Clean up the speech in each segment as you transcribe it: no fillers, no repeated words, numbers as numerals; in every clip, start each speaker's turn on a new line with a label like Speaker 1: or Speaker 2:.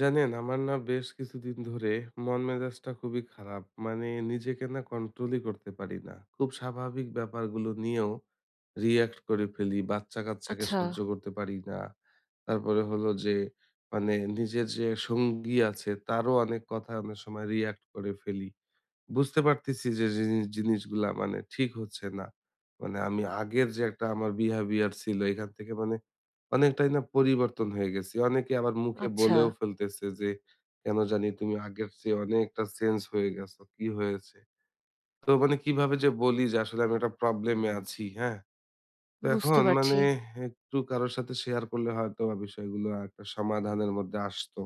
Speaker 1: জানেন আমার না বেশ কিছুদিন ধরে মন মেজাজটা খুবই খারাপ। মানে নিজেকে না কন্ট্রোলই করতে পারি না, খুব স্বাভাবিক ব্যাপারগুলো নিয়েও রিয়াক্ট করে ফেলি, বাচ্চা কাচ্চাকে
Speaker 2: আচ্ছা,
Speaker 1: সহ্য করতে পারি না। তারপরে হলো যে মানে নিজের যে সঙ্গী আছে, তারও অনেক কথা অনেক সময় রিয়াক্ট করে ফেলি। বুঝতে পারতেছি যে জিনিসগুলা মানে ঠিক হচ্ছে না। মানে আমি আগের যে একটা আমার বিহেভিয়ার ছিল এখান থেকে মানে অনেকটাই না পরিবর্তন হয়ে গেছি। অনেকে আবার মুখে
Speaker 2: আচ্ছা।
Speaker 1: বলেও ফেলতেছে যে, কেন জানি তুমি আগের চেয়ে অনেকটা চেঞ্জ হয়ে গেছো, কি হয়েছে? তো মানে কিভাবে যে বলি যে আসলে আমি একটা প্রবলেমে আছি, হ্যাঁ? তো
Speaker 2: বুঝতে
Speaker 1: এখন মানে
Speaker 2: পারছি।
Speaker 1: একটু কারোর সাথে শেয়ার করলে হয়তো বা বিষয়গুলো একটা সমাধানের মধ্যে আসতো।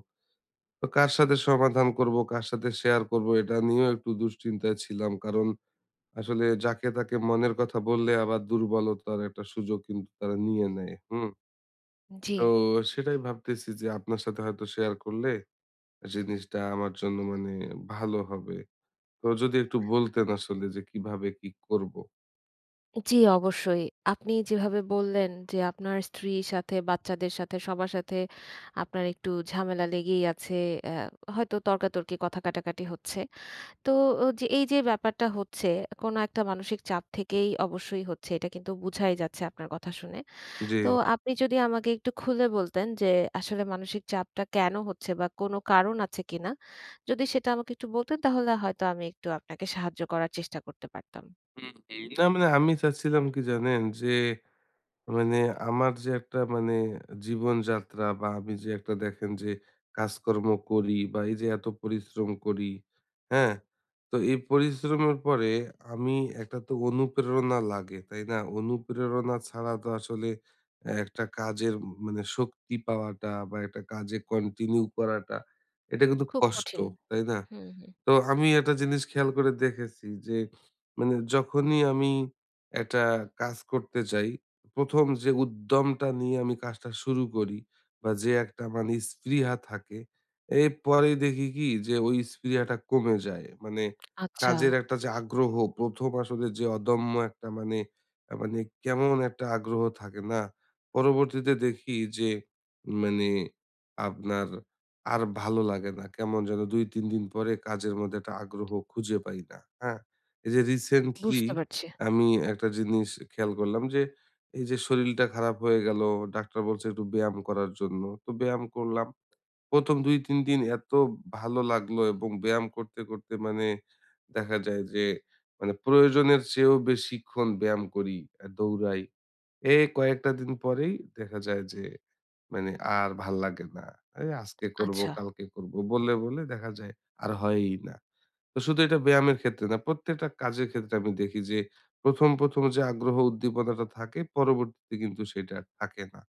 Speaker 1: তো কার সাথে সমাধান করব, কার সাথে শেয়ার করব, এটা নিয়েও একটু দুশ্চিন্তায় ছিলাম। কারণ আসলে যাকে তাকে মনের কথা বললে আবার দুর্বলতার একটা সুযোগ কিন্তু তারা নিয়ে নেয়। হুম?
Speaker 2: জি,
Speaker 1: তো সেটাই ভাবতেছি যে আপনার সাথে হয়তো শেয়ার করলে জিনিসটা আমার জন্য মানে ভালো হবে। তো যদি একটু বলতেন আসলে যে কিভাবে কি করব?
Speaker 2: জি, অবশ্যই। আপনি যেভাবে বললেন যে আপনার স্ত্রীর সাথে, বাচ্চাদের সাথে, সবার সাথে আপনার একটু ঝামেলা লেগেই আছে। অ্যা হয়তো তর্কাতর্কি, কথা কাটাকাটি হচ্ছে। তো ও যে এই যে ব্যাপারটা হচ্ছে, কোনো একটা মানসিক চাপ থেকেই অবশ্যই হচ্ছে। এটা কিন্তু বুঝাই যাচ্ছে আপনার কথা শুনে।
Speaker 1: জি।
Speaker 2: তো আপনি যদি আমাকে একটু খুলে বলতেন যে আসলে মানসিক চাপটা কেন হচ্ছে বা কোনো কারণ আছে কিনা? যদি সেটা আমাকে একটু বলতেন তাহলে হয়তো আমি একটু আপনাকে সাহায্য করার চেষ্টা করতে পারতাম।
Speaker 1: হুম, হুম। না মানে আমি চাচ্ছিলাম কি জানেন? যে মানে আমার যে একটা মানে জীবনযাত্রা বা আমি যে একটা দেখেন যে কাজকর্ম করি বা এই যে এত পরিশ্রম করি, হ্যাঁ? তো এই পরিশ্রমের পরে আমি একটা তো অনুপ্রেরণা লাগে, তাই না? অনুপ্রেরণা ছাড়া তো আসলে একটা কাজের মানে শক্তি পাওয়াটা বা একটা কাজে কন্টিনিউ করাটা এটা কিন্তু
Speaker 2: খুব
Speaker 1: কষ্ট,
Speaker 2: কঠিন।
Speaker 1: তাই না?
Speaker 2: হুম, হুম।
Speaker 1: তো আমি একটা জিনিস খেয়াল করে দেখেছি যে মানে যখনই আমি একটা কাজ করতে যাই, ১ম যে উদ্যমটা নিয়ে আমি কাজটা শুরু করি বা যে একটা মানে স্পৃহা থাকে, এরপরে দেখি কি যে ওই স্পৃহাটা কমে যায়। মানে
Speaker 2: আচ্ছা,
Speaker 1: কাজের একটা যে আগ্রহ, ১ম আসলে যে অদম্য একটা মানে মানে কেমন একটা আগ্রহ থাকে না? পরবর্তীতে দেখি যে মানে আপনার আর ভালো লাগে না। কেমন যেন ২-৩ দিন পরে কাজের মধ্যে একটা আগ্রহ খুঁজে পাই না, হ্যাঁ? এই যে রিসেন্টলি
Speaker 2: বুঝতে পারছি।
Speaker 1: আমি একটা জিনিস খেয়াল করলাম যে, এই যে শরীলটা খারাপ হয়ে গেল, ডাক্তার বলছে একটু ব্যায়াম করার জন্য। তো ব্যায়াম করলাম। ১ম ২-৩ দিন এত ভালো লাগলো, এবং ব্যায়াম করতে, করতে মানে দেখা যায় যে মানে প্রয়োজনের চেয়েও বেশিক্ষণ ব্যায়াম করি, দৌড়াই। এ কয়েকটা দিন পরেই দেখা যায় যে মানে আর ভাল লাগে না। এই আজকে করব,
Speaker 2: আচ্ছা,
Speaker 1: কালকে করব বলে, বলে দেখা যায় আর হয়ই না। তো শুধু এটা ব্যায়ামের ক্ষেত্রে না, প্রত্যেকটা কাজের ক্ষেত্রে আমি দেখি যে ১ম যে আগ্রহ উদ্দীপনাটা থাকে পরবর্তীতে কিন্তু সেটা আর থাকে না।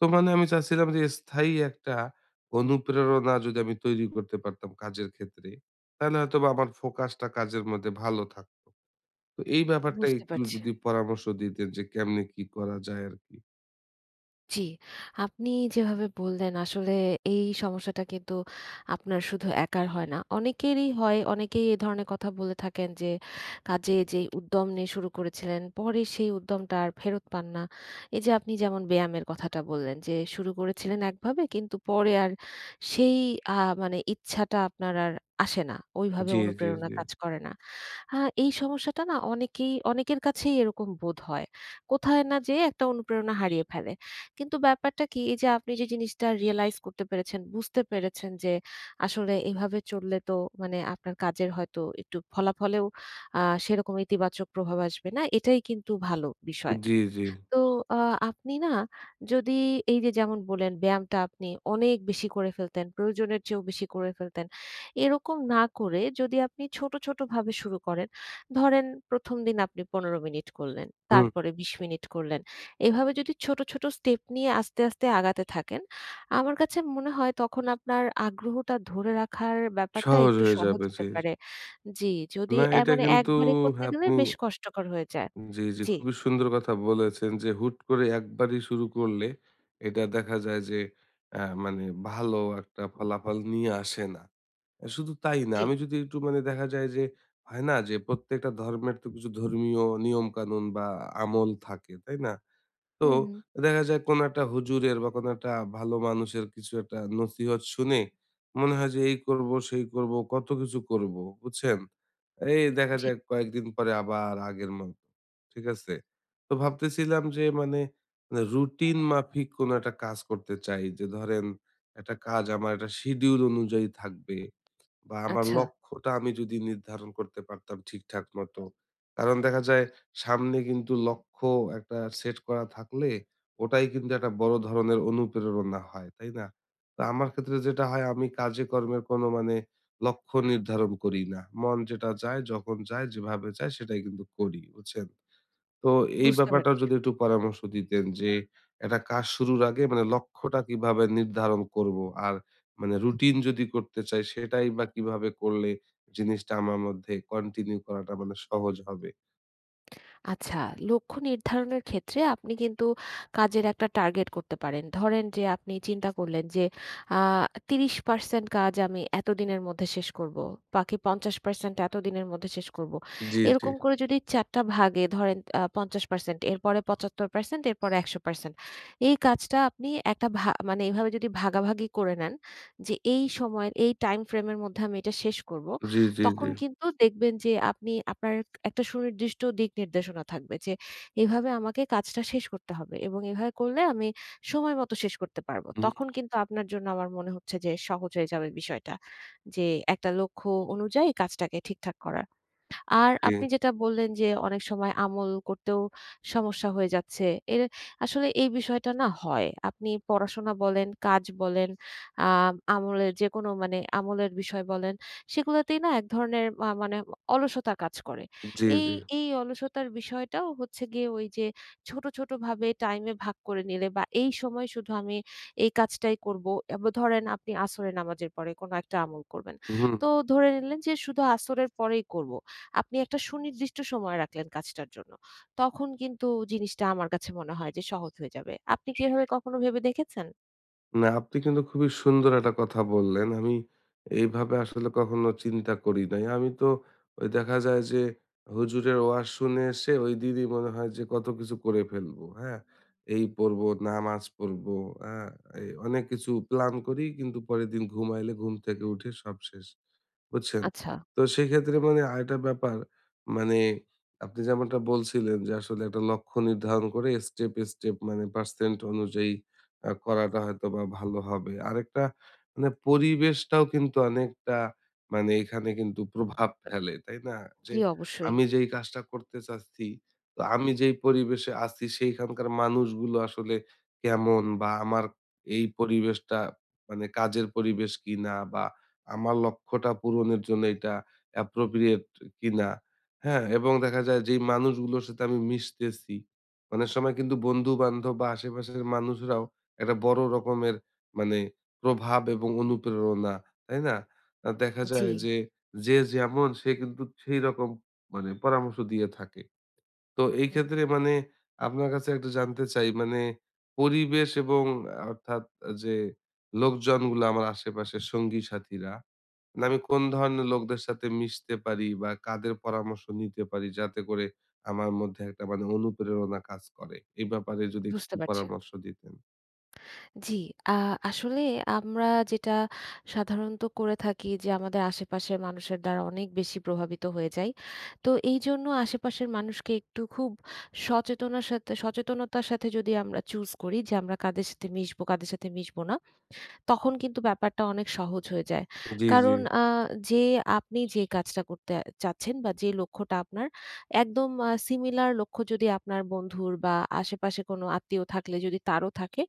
Speaker 1: তো মানে আমি চাচ্ছিলাম যে স্থায়ী একটা অনুপ্রেরণা যদি আমি তৈরি করতে পারতাম কাজের ক্ষেত্রে, তাহলে হয়তোবা আমার ফোকাসটা কাজের মধ্যে ভালো থাকতো। তো এই ব্যাপারটা
Speaker 2: বুঝতে
Speaker 1: একটু
Speaker 2: পারছি।
Speaker 1: যদি পরামর্শ দিতেন যে কেমনে কি করা যায় আরকি?
Speaker 2: জি, আপনি যেভাবে বললেন আসলে এই সমস্যাটা কিন্তু আপনার শুধু একার হয় না। অনেকেরই হয়। অনেকেই এ ধরনের কথা বলে থাকেন যে কাজে যেই উদ্যম নিয়ে শুরু করেছিলেন পরে সেই উদ্যমটা আর ফেরত পান না। এই যে আপনি যেমন ব্যায়ামের কথাটা বললেন যে শুরু করেছিলেন একভাবে কিন্তু পরে আর সেই আ মানে ইচ্ছাটা আপনার আর আসে না। ওইভাবে
Speaker 1: জি, জি,
Speaker 2: অনুপ্রেরণা
Speaker 1: জি।
Speaker 2: কাজ করে না। আ এই সমস্যাটা না অনেকেই অনেকের কাছেই এরকম বোধ হয়। কোথায় না যেয়ে একটা অনুপ্রেরণা হারিয়ে ফেলে। কিন্তু ব্যাপারটা কি? এই যে আপনি যে জিনিসটা রিয়ালাইজ করতে পেরেছেন, বুঝতে পেরেছেন যে আসলে এভাবে চললে তো মানে আপনার কাজের হয়তো একটু ফলাফলেও আ সেরকম ইতিবাচক প্রভাব আসবে না। এটাই কিন্তু ভালো বিষয়।
Speaker 1: জি, জি।
Speaker 2: তো আ আপনি না যদি এই যে যেমন বললেন ব্যায়ামটা আপনি অনেক বেশি করে ফেলতেন, প্রয়োজনের চেয়েও বেশি করে ফেলতেন। এরকম না করে যদি আপনি ছোট, ছোট ভাবে শুরু করেন, ধরেন ১ম দিন আপনি ১৫ মিনিট করলেন,
Speaker 1: হুম।
Speaker 2: তারপরে ২০ মিনিট করলেন। এভাবে যদি ছোট, ছোট স্টেপ নিয়ে আস্তে, আস্তে আগাতে থাকেন, আমার কাছে মনে হয় তখন আপনার আগ্রহটা ধরে রাখার ব্যাপারটা
Speaker 1: সহজ
Speaker 2: একটু
Speaker 1: হয়ে
Speaker 2: সহজ
Speaker 1: যাবে।
Speaker 2: হতে
Speaker 1: জি। জি।
Speaker 2: পারে। জি, যদি
Speaker 1: না
Speaker 2: এ
Speaker 1: এটা
Speaker 2: মানে
Speaker 1: কিন্তু
Speaker 2: একবারে করতে গেলে
Speaker 1: আপনি
Speaker 2: বেশ কষ্টকর হয়ে যায়।
Speaker 1: জি, জি
Speaker 2: জি,
Speaker 1: খুবই সুন্দর কথা বলেছেন যে হুট করে একবারই শুরু করলে এটা দেখা যায় যে মানে ভালো একটা ফলাফল নিয়ে আসে না। আর শুধু তাই না,
Speaker 2: জি।
Speaker 1: আমি যদি একটু মানে দেখা যায় যে হয় না যে, প্রত্যেকটা ধর্মের তো কিছু ধর্মীয় নিয়ম কানুন বা আমল থাকে, তাই না? তো
Speaker 2: হুম, হুম।
Speaker 1: দেখা যায় কোনো একটা হুজুরের বা কোনো একটা ভালো মানুষের কিছু একটা নসিহত শুনে মনে হয় যে এই করব সেই করব কত কিছু করব, বুঝছেন? এই দেখা
Speaker 2: জি,
Speaker 1: যায় কয়েকদিন পরে আবার আগের মতো ঠিক আছে। তো ভাবতেছিলাম যে মানে রুটিন মাফিক কোনো একটা কাজ করতে চাই, যে ধরেন একটা কাজ আমার একটা শিডিউল অনুযায়ী থাকবে বা আমার
Speaker 2: আচ্ছা
Speaker 1: লক্ষ্যটা আমি যদি নির্ধারণ করতে পারতাম ঠিকঠাক মতো। কারণ দেখা যায় সামনে কিন্তু লক্ষ্য একটা সেট করা থাকলে ওটাই কিন্তু একটা বড় ধরনের অনুপ্রেরণা হয়, তাই না? তো আমার ক্ষেত্রে যেটা হয়, আমি কাজে কর্মের কোনো মানে লক্ষ্য নির্ধারণ করি না। মন যেটা চায়, যখন চায়, যেভাবে চায় সেটাই কিন্তু করি, বুঝছেন? তো এই
Speaker 2: বুঝতে
Speaker 1: ব্যাপারটাও
Speaker 2: পারছি।
Speaker 1: যদি একটু পরামর্শ দিতেন যে একটা কাজ শুরুর আগে মানে লক্ষ্যটা কিভাবে নির্ধারণ করব, আর মানে রুটিন যদি করতে চাই সেটাই বা কিভাবে করলে জিনিসটা আমার মধ্যে কন্টিনিউ করাটা মানে সহজ হবে।
Speaker 2: আচ্ছা, লক্ষ্য নির্ধারণের ক্ষেত্রে আপনি কিন্তু কাজের একটা টার্গেট করতে পারেন। ধরেন যে আপনি চিন্তা করলেন যে আ ৩০% কাজ আমি এতদিনের মধ্যে শেষ করব। বাকি ৫০% এতদিনের মধ্যে শেষ করব।
Speaker 1: জি, জি,
Speaker 2: এরকম করে যদি ৪ টা ভাগে ধরেন ৫০% এরপরে ৭৫% এরপরে ১০০% এই কাজটা আপনি একটা মানে এভাবে যদি ভাগাভাগি করে নেন যে এই সময়ের এই টাইম ফ্রেম এর মধ্যে আমি এটা শেষ করব।
Speaker 1: জি, জি, জি,
Speaker 2: তখন কিন্তু দেখবেন যে আপনি আপনার একটা সুনির্দিষ্ট দিক নির্দেশনা থাকবে যে এভাবে আমাকে কাজটা শেষ করতে হবে এবং এভাবে করলে আমি সময় মতো শেষ করতে পারবো।
Speaker 1: হুম,
Speaker 2: তখন কিন্তু আপনার জন্য আমার মনে হচ্ছে যে সহজ হয়ে যাবে বিষয়টা। যে একটা লক্ষ্য অনুযায়ী কাজটাকে ঠিকঠাক করার। আর
Speaker 1: জি,
Speaker 2: আপনি যেটা বললেন যে, অনেক সময় আমল করতেও সমস্যা হয়ে যাচ্ছে। এর আসলে এই বিষয়টা না হয়। আপনি পড়াশোনা বলেন, কাজ বলেন, আ আমলের যেকোনো মানে আমলের বিষয় বলেন, সেগুলোতেই না এক ধরনের মানে অলসতা কাজ করে।
Speaker 1: জি,
Speaker 2: এই,
Speaker 1: জি,
Speaker 2: এই অলসতার বিষয়টাও হচ্ছে গিয়ে ওই যে ছোট, ছোট ভাবে টাইমে ভাগ করে নিলে বা এই সময় শুধু আমি এই কাজটাই করব। ধরেন আপনি আসরের নামাজের পরে কোনো একটা আমল করবেন।
Speaker 1: হুম।
Speaker 2: তো ধরে নিলেন যে শুধু আসরের পরেই করব। আপনি একটা সুনির্দিষ্ট সময় রাখলেন কাজটার জন্য। তখন কিন্তু জিনিসটা আমার কাছে মনে হয় যে সহজ হয়ে যাবে। আপনি কি এভাবে কখনো ভেবে দেখেছেন?
Speaker 1: না, আপনি কিন্তু খুবই সুন্দর একটা কথা বললেন। আমি এইভাবে আসলে কখনো চিন্তা করি নাই। আমি তো ওই দেখা যায় যে হুজুরের ওয়াজ শুনে এসে ওই দিনই মনে হয় যে কত কিছু করে ফেলবো, হ্যাঁ? এই পড়বো, নামাজ পড়বো, হ্যাঁ? এই অনেক কিছু প্ল্যান করি কিন্তু পরের দিন ঘুমাইলে ঘুম থেকে উঠে সব শেষ। বুঝছেন?
Speaker 2: আচ্ছা।
Speaker 1: তো সেক্ষেত্রে মানে আরেকটা ব্যাপার, মানে আপনি যেমনটা বলছিলেন যে আসলে একটা লক্ষ্য নির্ধারণ করে স্টেপ, স্টেপ মানে পার্সেন্ট অনুযায়ী করাটা হয়তোবা ভালো হবে। আরেকটা মানে পরিবেশটাও কিন্তু অনেকটা মানে এখানে কিন্তু প্রভাব ফেলে, তাই না? যে
Speaker 2: জি, অবশ্যই।
Speaker 1: আমি যেই কাজটা করতে চাচ্ছি, তো আমি যেই পরিবেশে আছি সেইখানকার মানুষগুলো আসলে কেমন, বা আমার এই পরিবেশটা মানে কাজের পরিবেশ কিনা, বা আমার লক্ষ্যটা পূরণের জন্য এটা অ্যাপ্রোপ্রিয়েট কিনা, হ্যাঁ? এবং দেখা যায় যেই মানুষগুলোর সাথে আমি মিশতেছি, অনেক সময় কিন্তু বন্ধু-বান্ধব বা আশেপাশের মানুষরাও একটা বড় রকমের মানে প্রভাব এবং অনুপ্রেরণা, তাই না? দেখা
Speaker 2: জি।
Speaker 1: যায় যে, যে যেমন সে কিন্তু সেই রকম মানে পরামর্শ দিয়ে থাকে। তো এই
Speaker 2: হুম।
Speaker 1: ক্ষেত্রে মানে আপনার কাছে একটু জানতে চাই মানে পরিবেশ এবং অর্থাৎ যে লোকজনগুলো আমার আশেপাশে সঙ্গী সাথীরা, মানে আমি কোন ধরনের লোকদের সাথে মিশতে পারি বা কাদের পরামর্শ নিতে পারি যাতে করে আমার মধ্যে একটা মানে অনুপ্রেরণা কাজ করে, এই ব্যাপারে যদি একটু
Speaker 2: বুঝতে পারছি।
Speaker 1: পরামর্শ দিতেন।
Speaker 2: জি, আ আসলে আমরা যেটা সাধারণত করে থাকি যে আমাদের আশেপাশের মানুষের দ্বারা অনেক বেশি প্রভাবিত হয়ে যাই। তো এইজন্য আশেপাশের মানুষকে একটু খুব সচেতনার সাথে সচেতনতার সাথে যদি আমরা চুজ করি যে আমরা কাদের সাথে মিশবো, কাদের সাথে মিশবো না। তখন কিন্তু ব্যাপারটা অনেক সহজ হয়ে যায়।
Speaker 1: জি, জি,
Speaker 2: কারণ আ যে আপনি যে কাজটা করতে চাচ্ছেন বা যে লক্ষ্যটা আপনার একদম সিমিলার লক্ষ্য যদি আপনার বন্ধুর বা আশেপাশে কোনো আত্মীয় থাকলে যদি তারও থাকে,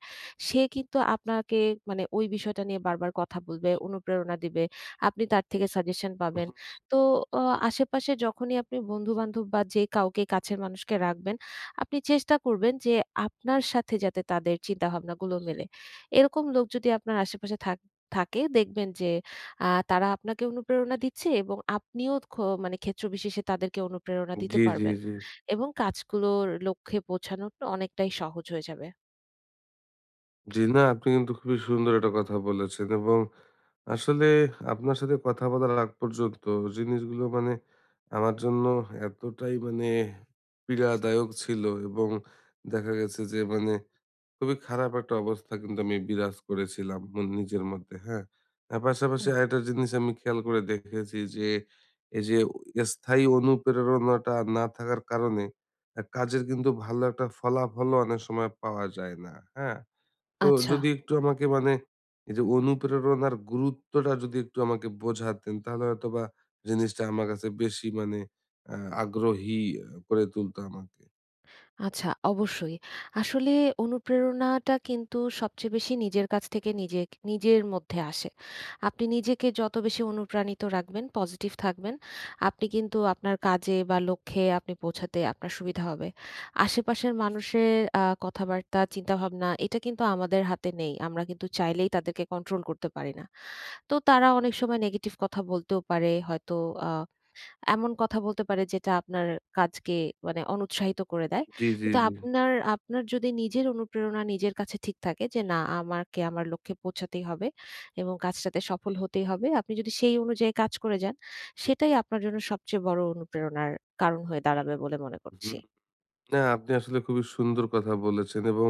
Speaker 2: সে কিন্তু আপনাকে মানে ওই বিষয়টা নিয়ে বারবার কথা বলবে, অনুপ্রেরণা দিবে। আপনি তার থেকে সাজেশন পাবেন। তো অ আশেপাশে যখনই আপনি বন্ধু-বান্ধব বা যে কাউকে কাছের মানুষকে রাখবেন, আপনি চেষ্টা করবেন যে আপনার সাথে যাতে তাদের চিন্তাভাবনাগুলো মেলে। এরকম লোক যদি আপনার আশেপাশে থাকে দেখবেন যে তারা আপনাকে অনুপ্রেরণা দিচ্ছে এবং আপনিও খ মানে ক্ষেত্র বিশেষে তাদেরকে অনুপ্রেরণা দিতে
Speaker 1: জি, জি,
Speaker 2: পারবেন
Speaker 1: জি,
Speaker 2: এবং কাজগুলোর লক্ষ্যে পৌঁছানো অনেকটাই সহজ হয়ে যাবে।
Speaker 1: জি। না আপনি কিন্তু খুবই সুন্দর একটা কথা বলেছেন, এবং আসলে আপনার সাথে কথা বলার আগ পর্যন্ত জিনিসগুলো মানে আমার জন্য এতটাই মানে পীড়াদায়ক ছিল, এবং দেখা গেছে যে মানে খুবই খারাপ একটা অবস্থা কিন্তু আমি বিরাজ করেছিলাম নিজের মধ্যে, হ্যাঁ। আর পাশাপাশি
Speaker 2: হুম।
Speaker 1: আরেকটা জিনিস আমি খেয়াল করে দেখেছি যে, এই যে স্থায়ী অনুপ্রেরণাটা না থাকার কারণে কাজের কিন্তু ভালো একটা ফলাফলও অনেক সময় পাওয়া যায় না, হ্যাঁ? তো
Speaker 2: আচ্ছা।
Speaker 1: যদি একটু আমাকে মানে এই যে অনুপ্রেরণার গুরুত্বটা যদি একটু আমাকে বোঝাতেন, তাহলে হয়তোবা জিনিসটা আমার কাছে বেশি মানে আগ্রহী করে তুলতো আমাকে।
Speaker 2: আচ্ছা, অবশ্যই। আসলে অনুপ্রেরণাটা কিন্তু সবচেয়ে বেশি নিজের কাছ থেকে নিজে নিজের মধ্যে আসে। আপনি নিজেকে যত বেশি অনুপ্রাণিত রাখবেন, পজিটিভ থাকবেন, আপনি কিন্তু আপনার কাজে বা লক্ষ্যে আপনি পৌঁছাতে আপনার সুবিধা হবে। আশেপাশের মানুষের কথাবার্তা, চিন্তাভাবনা এটা কিন্তু আমাদের হাতে নেই। আমরা কিন্তু চাইলেই তাদেরকে কন্ট্রোল করতে পারি না। তো তারা অনেক সময় নেগেটিভ কথা বলতেও পারে। হয়তো আ এমন কথা বলতে পারে যেটা আপনার কাজকে মানে অনুৎসাহিত করে দেয়।
Speaker 1: জি, জি,
Speaker 2: কিন্তু
Speaker 1: জি।
Speaker 2: আপনার আপনার যদি নিজের অনুপ্রেরণা নিজের কাছে ঠিক থাকে যে না আমাকে আমার লক্ষ্যে পৌঁছাতেই হবে এবং কাজটাতে সফল হতেই হবে। আপনি যদি সেই অনুযায়ী কাজ করে যান, সেটাই আপনার জন্য সবচেয়ে বড় অনুপ্রেরণার কারণ হয়ে দাঁড়াবে বলে মনে
Speaker 1: হুম।
Speaker 2: করছি।
Speaker 1: না, আপনি আসলে খুবই সুন্দর কথা বলেছেন, এবং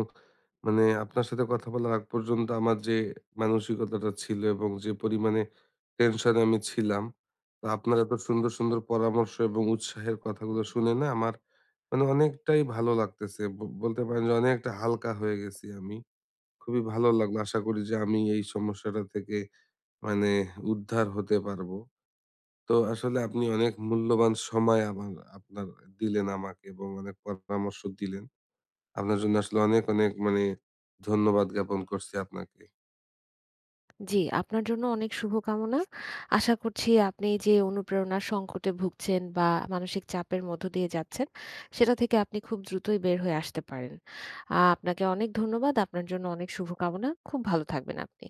Speaker 1: মানে আপনার সাথে কথা বলার আগ পর্যন্ত আমার যে মানসিকতাটা ছিল এবং যে পরিমাণে টেনশনে আমি ছিলাম, তো আপনার এত সুন্দর, সুন্দর পরামর্শ এবং উৎসাহের কথাগুলো শুনে না আমার মানে অনেকটাই ভালো লাগতেছে। বলতে পারেন যে অনেকটা হালকা হয়ে গেছি আমি। খুবই ভালো লাগলো। আশা করি যে আমি এই সমস্যাটা থেকে মানে উদ্ধার হতে পারবো। তো আসলে আপনি অনেক মূল্যবান সময় আমার আপনার দিলেন আমাকে, এবং অনেক পরামর্শ দিলেন। আপনার জন্য আসলে অনেক, অনেক মানে ধন্যবাদ জ্ঞাপন করছি আপনাকে।
Speaker 2: জি, আপনার জন্য অনেক শুভকামনা। আশা করছি আপনি যে অনুপ্রেরণার সংকটে ভুগছেন বা মানসিক চাপের মধ্য দিয়ে যাচ্ছেন, সেটা থেকে আপনি খুব দ্রুতই বের হয়ে আসতে পারেন। আপনাকে অনেক ধন্যবাদ। আপনার জন্য অনেক শুভকামনা। খুব ভালো থাকবেন আপনি।